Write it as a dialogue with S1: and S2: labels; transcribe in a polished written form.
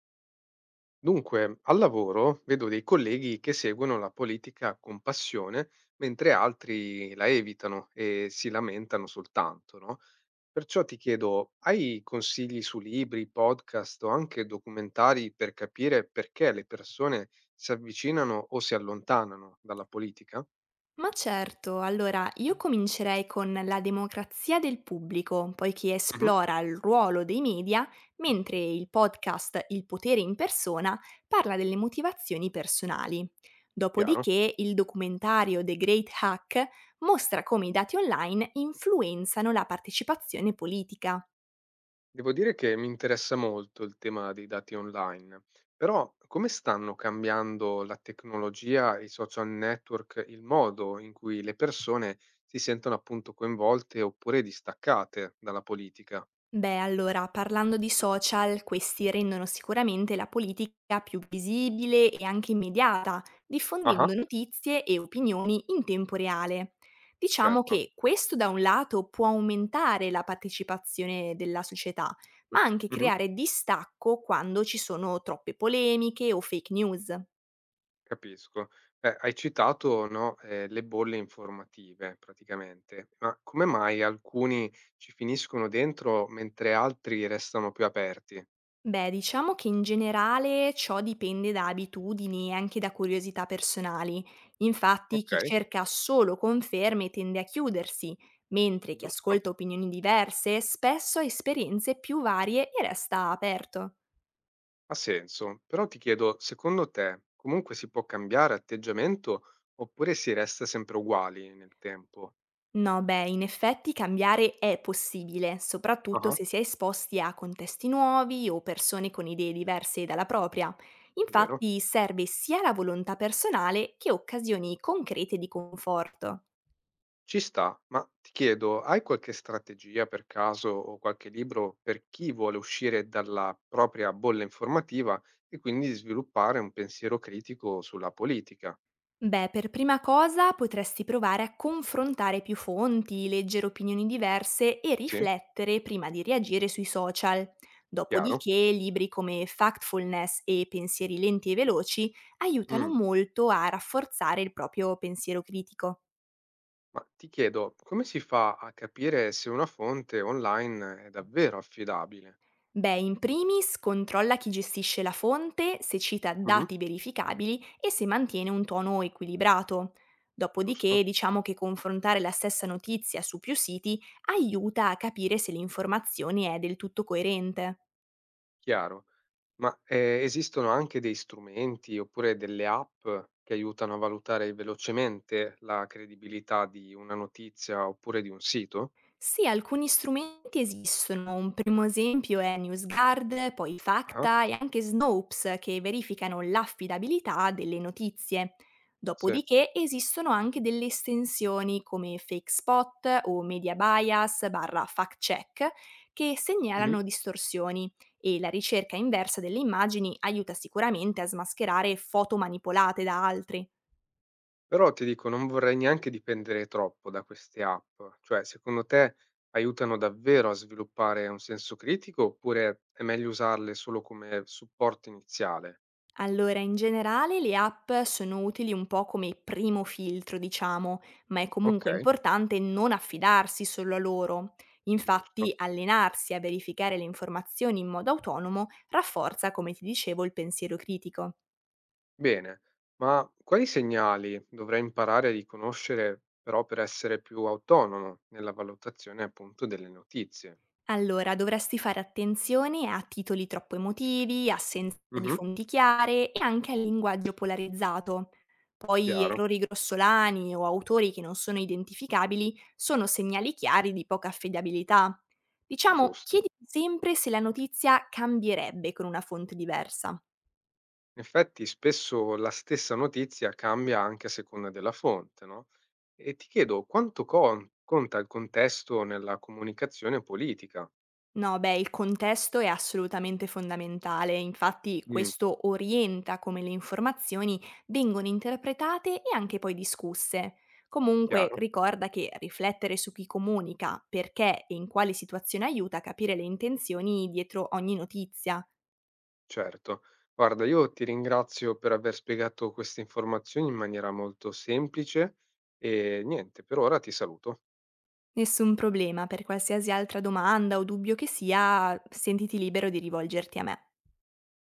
S1: Dunque, al lavoro vedo dei colleghi che seguono la politica con passione, mentre altri la evitano e si lamentano soltanto, no? Perciò ti chiedo, hai consigli su libri, podcast o anche documentari per capire perché le persone si avvicinano o si allontanano dalla politica?
S2: Ma certo, allora io comincerei con La democrazia del pubblico, poiché
S1: Mhm,
S2: esplora il ruolo dei media, mentre il podcast Il potere in persona parla delle motivazioni personali.
S1: chiaro.
S2: Dopodiché il documentario The Great Hack mostra come i dati online influenzano la partecipazione politica.
S1: Devo dire che mi interessa molto il tema dei dati online, però come stanno cambiando la tecnologia e i social network il modo in cui le persone si sentono appunto coinvolte oppure distaccate dalla politica?
S2: Beh, allora, parlando di social, questi rendono sicuramente la politica più visibile e anche immediata,
S1: Ah,
S2: diffondendo notizie e opinioni in tempo reale. Diciamo
S1: certo,
S2: che questo da un lato può aumentare la partecipazione della società, ma anche
S1: mhm,
S2: creare distacco quando ci sono troppe polemiche o fake news.
S1: capisco. Hai citato, no, le bolle informative praticamente, ma come mai alcuni ci finiscono dentro mentre altri restano più aperti?
S2: Beh, diciamo che in generale ciò dipende da abitudini e anche da curiosità personali. Infatti,
S1: Ok,
S2: chi cerca solo conferme tende a chiudersi, mentre chi
S1: giusto.
S2: ascolta opinioni diverse spesso ha esperienze più varie e resta aperto.
S1: Ha senso, però ti chiedo, secondo te comunque si può cambiare atteggiamento oppure si resta sempre uguali nel tempo?
S2: No, beh, in effetti cambiare è possibile, soprattutto
S1: Ah,
S2: se si è esposti a contesti nuovi o persone con idee diverse dalla propria.
S1: vero?
S2: Infatti serve sia la volontà personale che occasioni concrete di conforto.
S1: Ci sta, ma ti chiedo, hai qualche strategia per caso o qualche libro per chi vuole uscire dalla propria bolla informativa e quindi sviluppare un pensiero critico sulla politica?
S2: Beh, per prima cosa potresti provare a confrontare più fonti, leggere opinioni diverse e
S1: Sì,
S2: riflettere prima di reagire sui social.
S1: chiaro?
S2: Dopodiché, libri come Factfulness e Pensieri lenti e veloci aiutano
S1: Mm,
S2: molto a rafforzare il proprio pensiero critico.
S1: ma ti chiedo, come si fa a capire se una fonte online è davvero affidabile?
S2: Beh, in primis controlla chi gestisce la fonte, se cita
S1: Mhm,
S2: dati verificabili e se mantiene un tono equilibrato.
S1: giusto?
S2: Dopodiché diciamo che confrontare la stessa notizia su più siti aiuta a capire se l'informazione è del tutto coerente.
S1: Chiaro. Ma, esistono anche dei strumenti oppure delle app che aiutano a valutare velocemente la credibilità di una notizia oppure di un sito?
S2: Sì, alcuni strumenti esistono. Un primo esempio è NewsGuard, poi
S1: Ah-ah,
S2: Facta e anche Snopes che verificano l'affidabilità delle notizie.
S1: sì.
S2: Dopodiché esistono anche delle estensioni come FakeSpot o Media Bias barra Fact Check che
S1: Mh-mh.
S2: segnalano distorsioni e la ricerca inversa delle immagini aiuta sicuramente a smascherare foto manipolate da altri.
S1: Però ti dico, non vorrei neanche dipendere troppo da queste app. Cioè, secondo te aiutano davvero a sviluppare un senso critico oppure è meglio usarle solo come supporto iniziale?
S2: Allora, in generale le app sono utili un po' come primo filtro, diciamo, ma è comunque
S1: Okay,
S2: importante non affidarsi solo a loro.
S1: giusto.
S2: Infatti, allenarsi a verificare le informazioni in modo autonomo rafforza, come ti dicevo, il pensiero critico.
S1: Bene, ma quali segnali dovrei imparare a riconoscere però per essere più autonomo nella valutazione appunto delle notizie?
S2: Allora, dovresti fare attenzione a titoli troppo emotivi, assenza di
S1: Mhm,
S2: fonti chiare e anche al linguaggio polarizzato. Poi
S1: chiaro,
S2: errori grossolani o autori che non sono identificabili sono segnali chiari di poca affidabilità. Diciamo,
S1: giusto.
S2: chiedi sempre se la notizia cambierebbe con una fonte diversa.
S1: In effetti spesso la stessa notizia cambia anche a seconda della fonte, no? E ti chiedo quanto conta il contesto nella comunicazione politica?
S2: No, beh, il contesto è assolutamente fondamentale, infatti
S1: Mm,
S2: questo orienta come le informazioni vengono interpretate e anche poi discusse. Comunque
S1: chiaro,
S2: ricorda che riflettere su chi comunica, perché e in quale situazione aiuta a capire le intenzioni dietro ogni notizia.
S1: certo. Guarda, io ti ringrazio per aver spiegato queste informazioni in maniera molto semplice e niente, per ora ti saluto.
S2: Nessun problema, per qualsiasi altra domanda o dubbio che sia, sentiti libero di rivolgerti a me.